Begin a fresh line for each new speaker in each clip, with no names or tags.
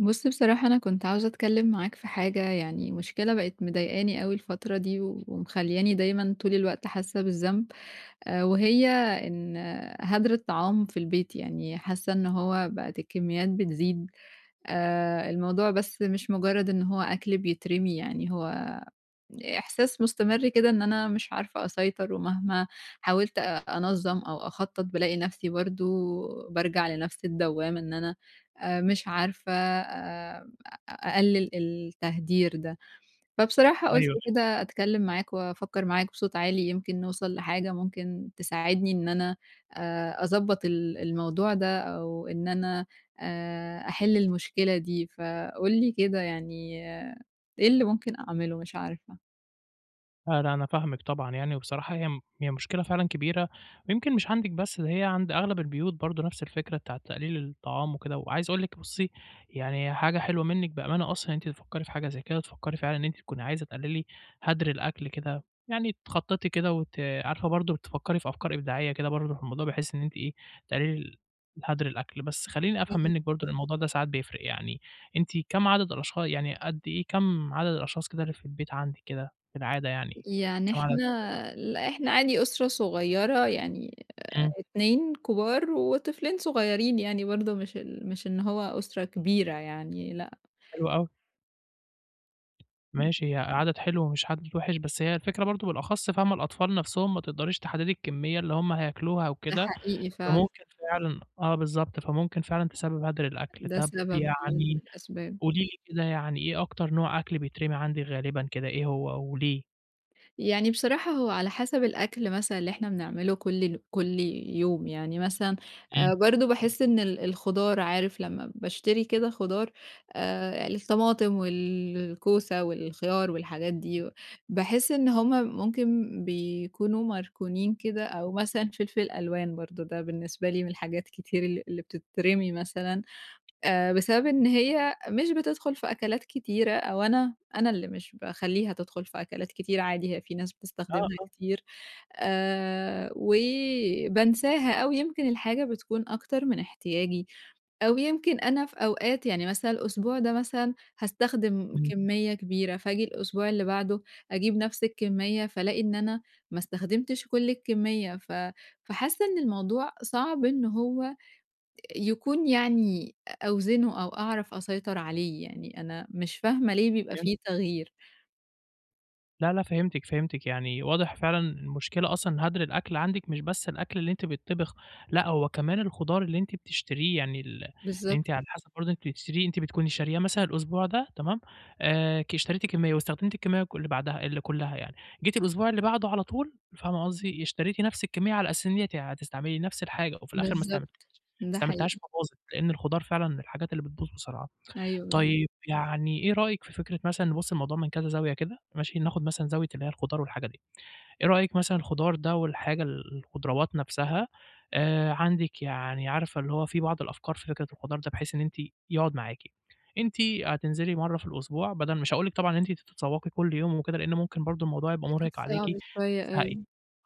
بُص، بصراحة أنا كنت عاوزة أتكلّم معاك في حاجة، يعني مشكلة بقت مضايقاني أوي الفترة دي ومخلّياني دايمًا طول الوقت حاسّة بالذنب. وهي إن هدر الطعام في البيت، يعني حاسّة إن هو بقت الكميّات بتزيد. الموضوع بس مش مُجرّد إن هو أكل بيترمي، يعني هو إحساس مستمر كده إن أنا مش عارفة أسيطر، ومهما حاولت أنظّم أو أخطّط، بالاقي نفسي برضه بارجع لنفس الدوّامة إن أنا مش عارفة أقلل التهدير ده. فبصراحة قُلت
أيوه،
كده أتكلم معاك وأفكّر معاك بصوت عالي، يمكن نوصل لحاجة ممكن تساعدني إن أنا أضبّط الموضوع ده، أو إن أنا أحل المشكلة دي. فقُل لي كده يعني إيه اللي ممكن أعمله؟ مش عارفة.
آه، لأ أنا فاهمِك طبعًا يعني، وبصراحة هي مشكلة فعلًا كبيرة، ويمكن مش عندِك بس، ده هي عند أغلب البيوت برضه نفس الفكرة بتاعة تقليل الطعام وكده، وعايز أقول لِك بُصّي، يعني حاجة حلوة منِّك بأمانة أصلًا إن أنتِ تفكّري في حاجة زي كده، تفكّري فعلًا إن أنتِ تكوني عايزة تقللي هدر الأكل كده، يعني تخطّطي كده وت عارفة برضه تفكّري في أفكار إبداعية كده برضه في الموضوع، بحيث إن أنتِ إيه، تقللي هدر الأكل. بس خلّيني أفهم
إمم.
منِّك برضه، لأن الموضوع ده ساعات بيفرق يعني، أنتِ كام عدد الأشخاص يعني قد إيه كام عدد الأشخاص كده اللي في البيت عندِك كده؟ كالعادة يعني،
يعني
كما على
إحنا لأ، إحنا عادي أسرة صغيّرة يعني
إمم.
2 كبار وطفلين صغيّرين يعني برضه مش إن هو أسرة كبيرة يعني لأ.
حلو أوي، ماشي هي عدد حلو مش عدد وِحِش، بس هي الفكرة برضه بالأخص فاهمة الأطفال نَفْسهم ما تقدريش تحددي الكمية اللي هم هياكلوها
ده
وكده،
حقيقي فعلًا.
فممكن فعلًا آه بالضبط، فممكن فعلًا تسبب هدر الأكل.
ده
طَب
سبب فعلًا من
يعني
الأسباب.
قولي لي كده يعني إيه أكتر نوع أكل بيترمي عندِك غالبًا كده إيه هو وليه؟
يعني بصراحة هو على حسب الأكل مثلًا اللي إحنا بنعمله كل يوم، يعني مثلًا
إمم.
برضه باحس إن الخضار، عارف لمّا باشتري كده خضار، الطماطم والكوسة والخيار والحاجات دي، باحس إن هُم ممكن بيكونوا مركونين كده، أو مثلًا فلفل ألوان برضه ده بالنسبة لي من الحاجات كتير اللي بتترمي مثلًا. بسبب إن هي مش بتدخل في أكلات كتيرة، أو أنا اللي مش باخلّيها تدخل في أكلات كتيرة عادي، هي في ناس
آه،
بتستخدمها
آه،
كتير. وبانساها، أو يمكن الحاجة بتكون أكتر من احتياجي، أو يمكن أنا في أوقات يعني مثلًا الأسبوع ده مثلًا هاستخدم
إمم،
كمية كبيرة، فآجي الأسبوع اللي بعده أجيب نفس الكمية، فالاقي إن أنا ما استخدمتش كل الكمية، فحاسة إن الموضوع صعب إن هو يكون يعني أوزنه أو أعرف أسيطر عليه، يعني أنا مش فاهمة ليه بيبقى
فهمت.
في تغيير.
لا، لا فهمتِك، فهمتِك، يعني واضح فعلًا المشكلة أصلًا هدر الأكل عندِك مش بس الأكل اللي أنتِ بيتطبخ، لأ هو كمان الخضار اللي أنتِ بتشتريه، يعني اللي
بالضبط،
أنتِ على حسب برضه أنتِ بتشتريه أنتِ بتكوني شارياه مثلًا الأسبوع ده تمام، اشتريتِ كمية واستخدمتِ الكمية اللي بعدها اللي كلّها يعني، جيتِ الأسبوع اللي بعده على طول فاهمة قصدي، اشتريتِ نفس الكمية على أساس إن أنتِ هتستعملي نفس الحاجة وفي الآخر
بالضبط،
ما
ده
استعملتيهاش
حقيقي.
فباظت، لإن الخضار فعلًا من الحاجات اللي بتبوظ بسرعة.
أيوه بالضبط.
طيب يعني إيه رأيك في فكرة مثلًا نبُص الموضوع من كذا زاوية كده، ماشي، ناخد مثلًا زاوية اللي هي الخضار والحاجة دي. إيه رأيِك مثلًا الخضار ده والحاجة الخضروات نفسها، عندِك يعني عارفة اللي هو في بعض الأفكار في فكرة الخضار ده، بحيث إن أنتِ يقعد معاكِ، أنتِ هتنزلي مرّة في الأسبوع بدل مش هاقول لِك طبعًا إن أنتِ تتسوقي كل يوم وكده، لأن ممكن برضه الموضوع يبقى
أكيد
مرهق عليكِ
صعب شوية أيوه.
وتزهقي.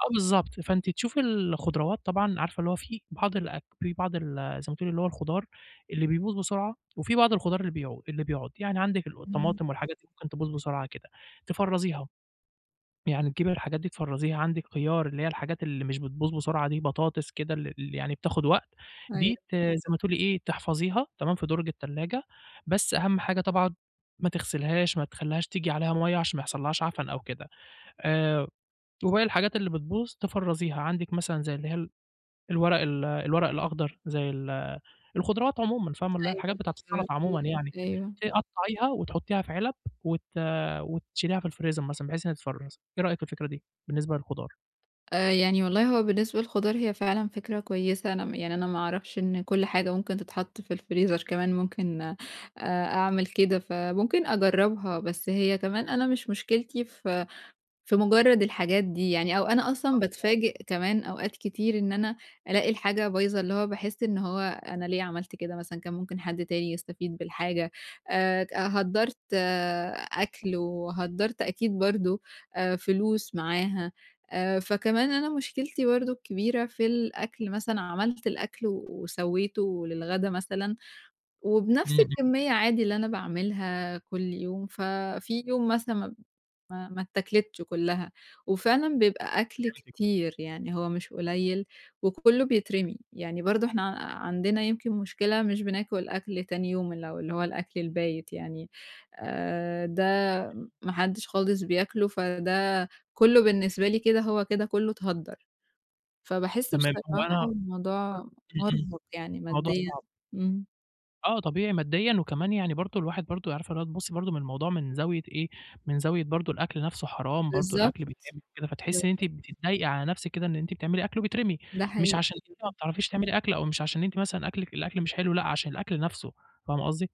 آه بالضبط، فأنتِ تشوفي الخضروات طبعًا عارفة اللي هو في بعض الأك في بعض ال زي ما تقولي اللي هو الخضار اللي بيبوظ بسرعة، وفي بعض الخضار اللي بيقعد، يعني عندِك ال
تمام.
الطماطم والحاجات دي ممكن تبوظ بسرعة كده، تفرّزيها، يعني تجيبي الحاجات دي تفرّزيها، عندِك خيار اللي هي الحاجات اللي مش بتبوظ بسرعة دي، بطاطس كده اللي يعني بتاخد وقت، دي
أيوه،
ت إمم. زي ما تقولي إيه، تحفظيها تمام في درج التلاجة، بس أهم حاجة طبعًا ما تغسلهاش، ما تخلّيهاش تيجي عليها مَيّة عشان ما يحصلّهاش عفن أو كده، آآ وباقي الحاجات اللي بتبوظ تفرّزيها، عندِك مثلًا زي اللي هي ال الورق ال الورق الأخضر زي الخضروات عمومًا فاهمة، اللي هي الحاجات
أيوه.
بتاعة السَلطة عمومًا
الورقيات
يعني،
أيوه.
تقطّعيها وتحطّيها في علب وت وتشيليها في الفريزر مثلًا بحيث إنها تتفرّز، إيه رأيِك في الفكرة دي بالنسبة للخضار؟
يعني والله هو بالنسبة للخضار هي فعلًا فكرة كويسة، أنا م يعني أنا ما أعرفش إن كل حاجة ممكن تتحط في الفريزر، كمان ممكن أعمل كده، فممكن أجرّبها. بس هي كمان أنا مش مشكلتي في مجرّد الحاجات دي يعني، أو أنا أصلًا باتفاجئ كمان أوقات كتير إن أنا ألاقي الحاجة بايظة، اللي هو باحس إن هو أنا ليه عملت كده مثلًا، كان ممكن حد تاني يستفيد بالحاجة، ك هدّرت أكل، وهدّرت أكيد برضه فلوس معاها. فكمان أنا مشكلتي برضه الكبيرة في الأكل مثلًا، عملت الأكل وسوّيته للغدا مثلًا،
إمم،
وبنفس
إمم،
الكمية عادي اللي أنا باعملها كل يوم، ففي يوم مثلًا ما اتاكلتش كلّها، وفعلًا بيبقى أكل
فهمتِك،
كتير، يعني هو مش قليل وكلّه بيترمي. يعني برضه إحنا عندنا يمكن مشكلة مش بناكل أكل تاني يوم، اللي هو اللي هو الأكل البايت يعني. ده ما حدش خالص بياكله، فده كلّه بالنسبة لي كده هو كده كلّه اتهدّر، فباحس
تمام، هو
بصراحة
أنا
الموضوع
إمم، إمم،
مرهق يعني
الموضوع
ماديًا.
صعب.
إمم.
آه، طبيعي ماديًا وكمان يعني برضه الواحد برضه عارفة اللي هو تبُصّي برضه من الموضوع من زاوية إيه، من زاوية برضه الأكل نَفْسه حرام برضه
بالضبط،
الأكل بيتعمل كده، فتحسّي
بالض
إن أنتِ بتتضايقي على نَفْسِك كده إن أنتِ بتعملي أكل وبيترمي،
ده
مش
حقيقي،
عشان أنتِ ما بتعرفيش تعملي أكل أو مش عشان أنتِ مثلًا أكلِك الأكل مش حلو لأ، عشان الأكل نَفْسه، فاهمة قصدي؟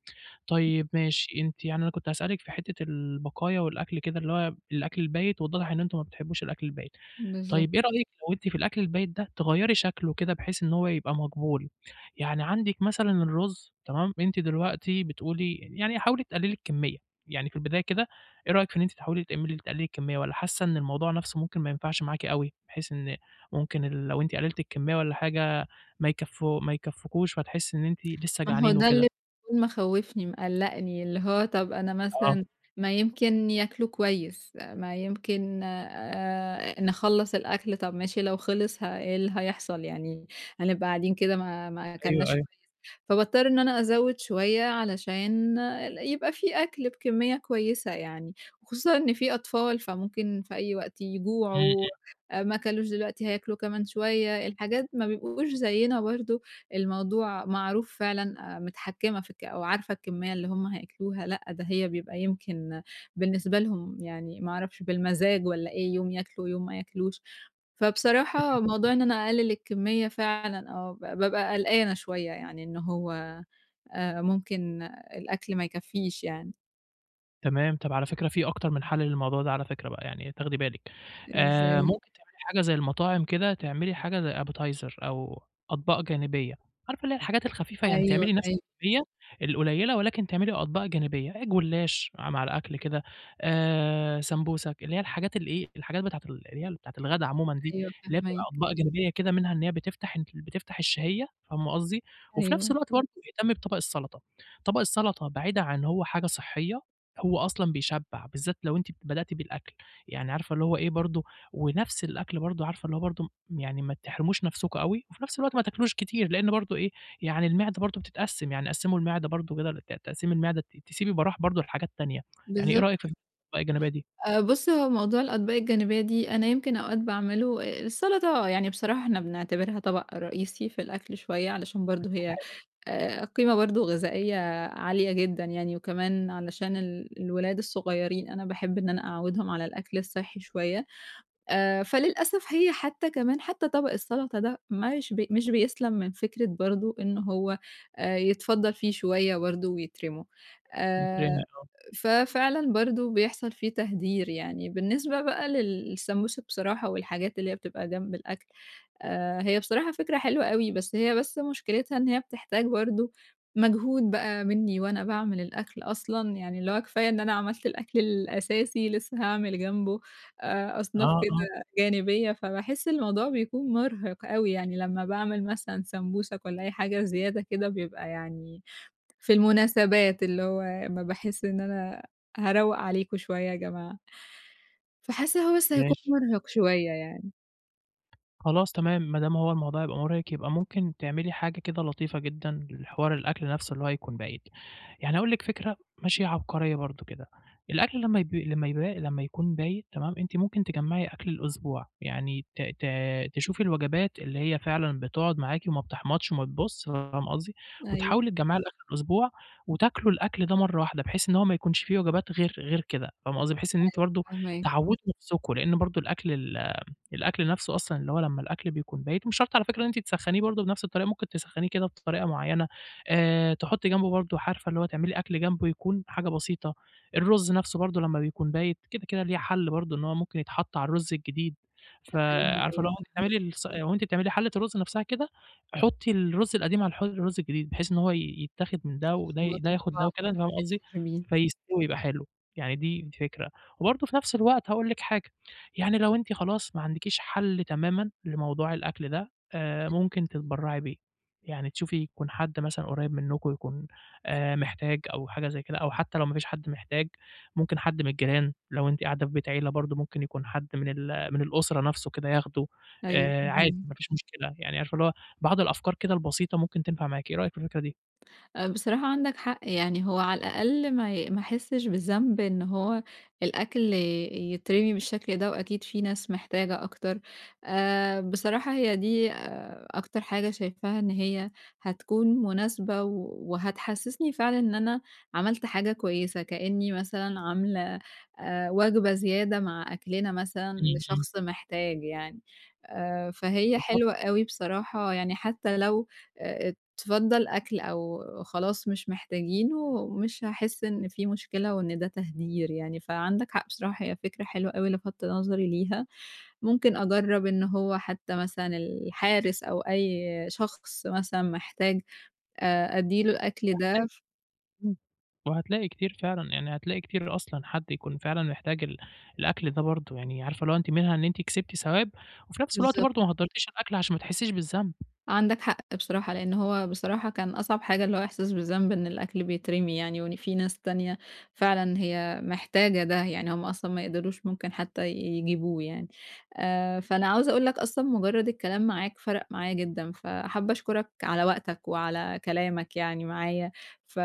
طيب ماشي، أنتِ يعني أنا كنت هاسألِك في حتّة البقايا والأكل كده اللي هو الأكل البايت واتضح إن أنتم ما بتحبوش الأكل البايت.
بالضبط.
طيب إيه رأيِك لو أنتِ في الأكل البايت ده تغيّري شكله كده بحيث إن هو يبقى مقبول، يعني عندِك مثلًا الرز تمام، أنتِ دلوقتي بتقولي يعني حاولي تقللي الكمية، يعني في البداية كده إيه رأيِك في إن أنتِ تحاولي تعملي تقللي الكمية والّا حاسة إن الموضوع نَفْسه ممكن ما ينفعش معاكِ أوي، بحيث إن ممكن ال لو أنتِ قللتِ الكمية والّا حاجة ما يكفّكوش فتحسي إن أنتِ لسه
ما هو
جعانين
ده
وكده؟
اللي بيكون مخوّفني، مقلّقني، اللي هو طَب أنا
آه،
مثلًا ما يمكن ياكلوا كويس، ما يمكن نخلّص الأكل، طَب ماشي لو خلص إيه اللي هيحصل يعني؟ هنبقى قاعدين كده ما
أيوه،
أكلناش،
أيوه،
فباضطر إن أنا أزوّد شوية علشان يبقى في أكل بكمية كويسة يعني، وخصوصًا إن في أطفال، فممكن في أي وقت
إمم، إمم.
يجوعوا. ما كلوش دلوقتي، هياكلوا كمان شوية، الحاجات ما بيبقوش زيّنا برضه. الموضوع معروف فعلًا متحكّمة في أو عارفة الكمية اللي هم هياكلوها، لأ ده هي بيبقى يمكن بالنسبة لهم يعني ما أعرفش بالمزاج والّا إيه، يوم ياكلوا، يوم ما ياكلوش. فبصراحة موضوع إن أنا أقلل الكمية فعلًا آه، ب بابقى قلقانة شوية يعني إن هو ممكن الأكل ما يكفّيش يعني.
تمام، طَب على فكرة في أكتر من حل للموضوع ده على فكرة بقى، يعني تاخدي بالِك،
إزاي؟
ممكن تعملي حاجة زي المطاعم كده، تعملي حاجة زي appetizer أو أطباق جانبية، عارفة اللي هي الحاجات الخفيفة،
أيوه،
يعني تعملي نفس
أيوه،
الكمية القليلة ولكن تعملي أطباق جانبية، جلاش مع الأكل كده، سمبوسة، اللي هي الحاجات اللي إيه، الحاجات بتاعة اللي هي بتاعة الغدا عمومًا دي،
أيوه
اللي هي بتبقى
فاهماك.
أطباق جانبية كده، منها إن هي بتفتح أنتِ بتفتح الشهية، فاهمة قصدي؟ وفي
أيوه،
نفس الوقت برضه اهتمي بطبق السلطة، طبق السلطة بعيدا عن إن هو حاجة صحية هو أصلًا بيشبّع، بالذات لو أنتِ بدأتِ بالأكل، يعني عارفة اللي هو إيه برضه ونفْس الأكل برضه عارفة اللي هو برضه يعني ما تحرموش نفْسكم أوي، وفي نفْس الوقت ما تاكلوش كتير، لإن برضه إيه، يعني المعدة برضه بتتقسّم، يعني قسّموا المعدة برضه كده تقسيم المعدة تسيبي براح برضه لحاجات تانية، يعني إيه رأيِك في
بالضبط.
الأطباق الجانبية دي؟
بُص، هو موضوع الأطباق الجانبية دي أنا يمكن أوقات باعمله، السلطة يعني بصراحة إحنا بنعتبرها طبق رئيسي في الأكل شوية، علشان
ما
برضه
دي حاجة
هي
حلوة،
قيمة برضه غذائية عالية جدًا يعني، وكمان علشان الولاد الصغيرين أنا باحب إن أنا أعوّدهم على الأكل الصحّي شوية. فللأسف هي حتى كمان حتى طبق السلطة ده مش بيسلَم من فكرة برضه إن هو يتفضّل فيه شوية برضه ويترموا.
بتترمي
آآ، ففعلًا برضه بيحصل فيه تهدير يعني. بالنسبة بقى للسمبوسة بصراحة والحاجات اللي هي بتبقى جنب الأكل، هي بصراحة فكرة حلوة أوي. بس هي بس مشكلتها إن هي بتحتاج برضه مجهود بقى منّي وأنا باعمل الأكل أصلًا، يعني اللي هو كفاية إن أنا عملت الأكل الأساسي، لسه هاعمل جنبه
آه،
أصناف
آه،
كده
آه،
جانبية، فباحس الموضوع بيكون مرهق أوي، يعني لمّا باعمل مثلًا سمبوسك والّا أي حاجة زيادة كده بيبقى يعني في المناسبات، اللي هو أمّا باحس إن أنا هاروّق عليكم شوية يا جماعة، فحاسة هو بس هيكون
ماشي.
مرهق شوية يعني.
خلاص تمام، ما دام هو الموضوع هيبقى مُرهق، يبقى ممكن تعملي حاجة كده لطيفة جدًا لحوار الأكل نَفْسه اللي هو هيكون بعيد، يعني هاقول لِك فكرة ماشي عبقرية برضه كده، الأكل لمّا يب لمّا يبقى لمّا يكون بايت تمام، أنتِ ممكن تجمّعي أكل الأسبوع، يعني ت ت تشوفي الوجبات اللي هي فعلًا بتقعد معاكِ وما بتحمضش وما بتبوظش فاهمة قصدي،
أيوه
وتحاولي تجمّعي لآخر الأسبوع وتاكلوا الأكل ده مرّة واحدة، بحيث إن هو ما يكونش في وجبات غير كده، فاهمة قصدي، بحيث إن أنتِ برضه
فاهماك.
تعوّدوا نَفْسكم، لإن برضه الأكل نفسه أصلًا اللي هو لمّا الأكل بيكون بايت مش شرط على فكرة إن أنتِ تسخّنيه برضه بنفس الطريقة، ممكن تسخّنيه كده بطريقة معيّنة، تحطّي جنبه برضه عارفة اللي هو تعملي أكل جنبه يكون حاجة بسيطة، الرُز نفسه برضه لمّا بيكون بايت كده، كده ليه حَل برضه إن هو ممكن يتحط على الرُز الجديد،
أيوه، أيوه
فعارفة
فاهماك.
اللي هو وأنتِ بتعملي الص وأنتِ بتعملي حَلّة الرُز نفسها كده، حُطّي الرُز القديم على الرُز الجديد، بحيث إن هو يتاخد من ده وده ي ده
خبطوا في
ياخد ده
بعض
وكده
ما
أنتِ فاهمة قصدي،
نحسش بيه.
فيستوي يبقى حلو، يعني دي الفكرة. وبرضه في نفس الوقت هاقول لِك حاجة يعني لو أنتِ خلاص ما عندكيش حل تمامًا لموضوع الأكل ده، ممكن تتبرّعي بيه، يعني تشوفي يكون حد مثلًا قريب منكم يكون محتاج أو حاجة زي كده، أو حتى لو ما فيش حد محتاج، ممكن حد من الجيران، لو أنتِ قاعدة في بيت عيلة برضه ممكن يكون حد من من الأسرة نفسه كده ياخده،
أيوه
عادي ما
فاهماك.
فيش مشكلة، يعني عارفة اللي هو بعض الأفكار كده البسيطة ممكن تنفع معاكِ، إيه رأيِك في الفكرة دي؟
بصراحة عندك حق، يعني هو على الأقل ما يحسّش بالذنب إن هو الأكل يترمي بالشكل ده، وأكيد في ناس محتاجة أكتر. بصراحة هي دي أكتر حاجة شايفاها إن هي هتكون مناسبة وهتحسّسني فعلًا إن أنا عملت حاجة كويسة، كإنّي مثلًا عاملة وجبة زيادة مع أكلنا مثلًا
إمم، إمم،
لشخص محتاج يعني. فهي
بالضبط.
حلوة أوي بصراحة، يعني حتّى لو آآ تفضّل أكل أو خلاص مش محتاجينه، مش هاحس إن في مشكلة وإن ده تهدير يعني. فعندك حق بصراحة، هي فكرة حلوة أوي لفتت نظري ليها، ممكن أجرّب إن هو حتى مثلًا الحارس أو أي شخص مثلًا محتاج أدّي له الأكل ده.
إمم. وهتلاقي كتير فعلًا، يعني هتلاقي كتير أصلًا حد يكون فعلًا محتاج الأكل ده برضه، يعني عارفة اللي هو أنتِ منها إن أنتِ كسبتِ ثواب، وفي نفس الوقت
بالضبط.
برضه ما هدّرتيش الأكل عشان ما تحسّيش بالذنب.
عندك حق بصراحة، لإن هو بصراحة كان أصعب حاجة اللي هو إحساس بالذنب إن الأكل بيترمي يعني، وإن في ناس تانية فعلًا هي محتاجة ده، يعني هم أصلًا ما يقدروش ممكن حتى يجيبوه يعني. فأنا عاوزة أقول لك أصلًا مجرد الكلام معاك فرق معايا جدًا، فحابة أشكرك على وقتك وعلى كلامك يعني معايا، ف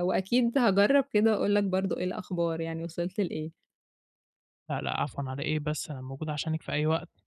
وأكيد هاجرب كده وأقول لك برضه إيه الأخبار يعني وصلت لإيه.
لأ، لأ، عفوًا على إيه بس، أنا موجود عشانِك في أي وقت.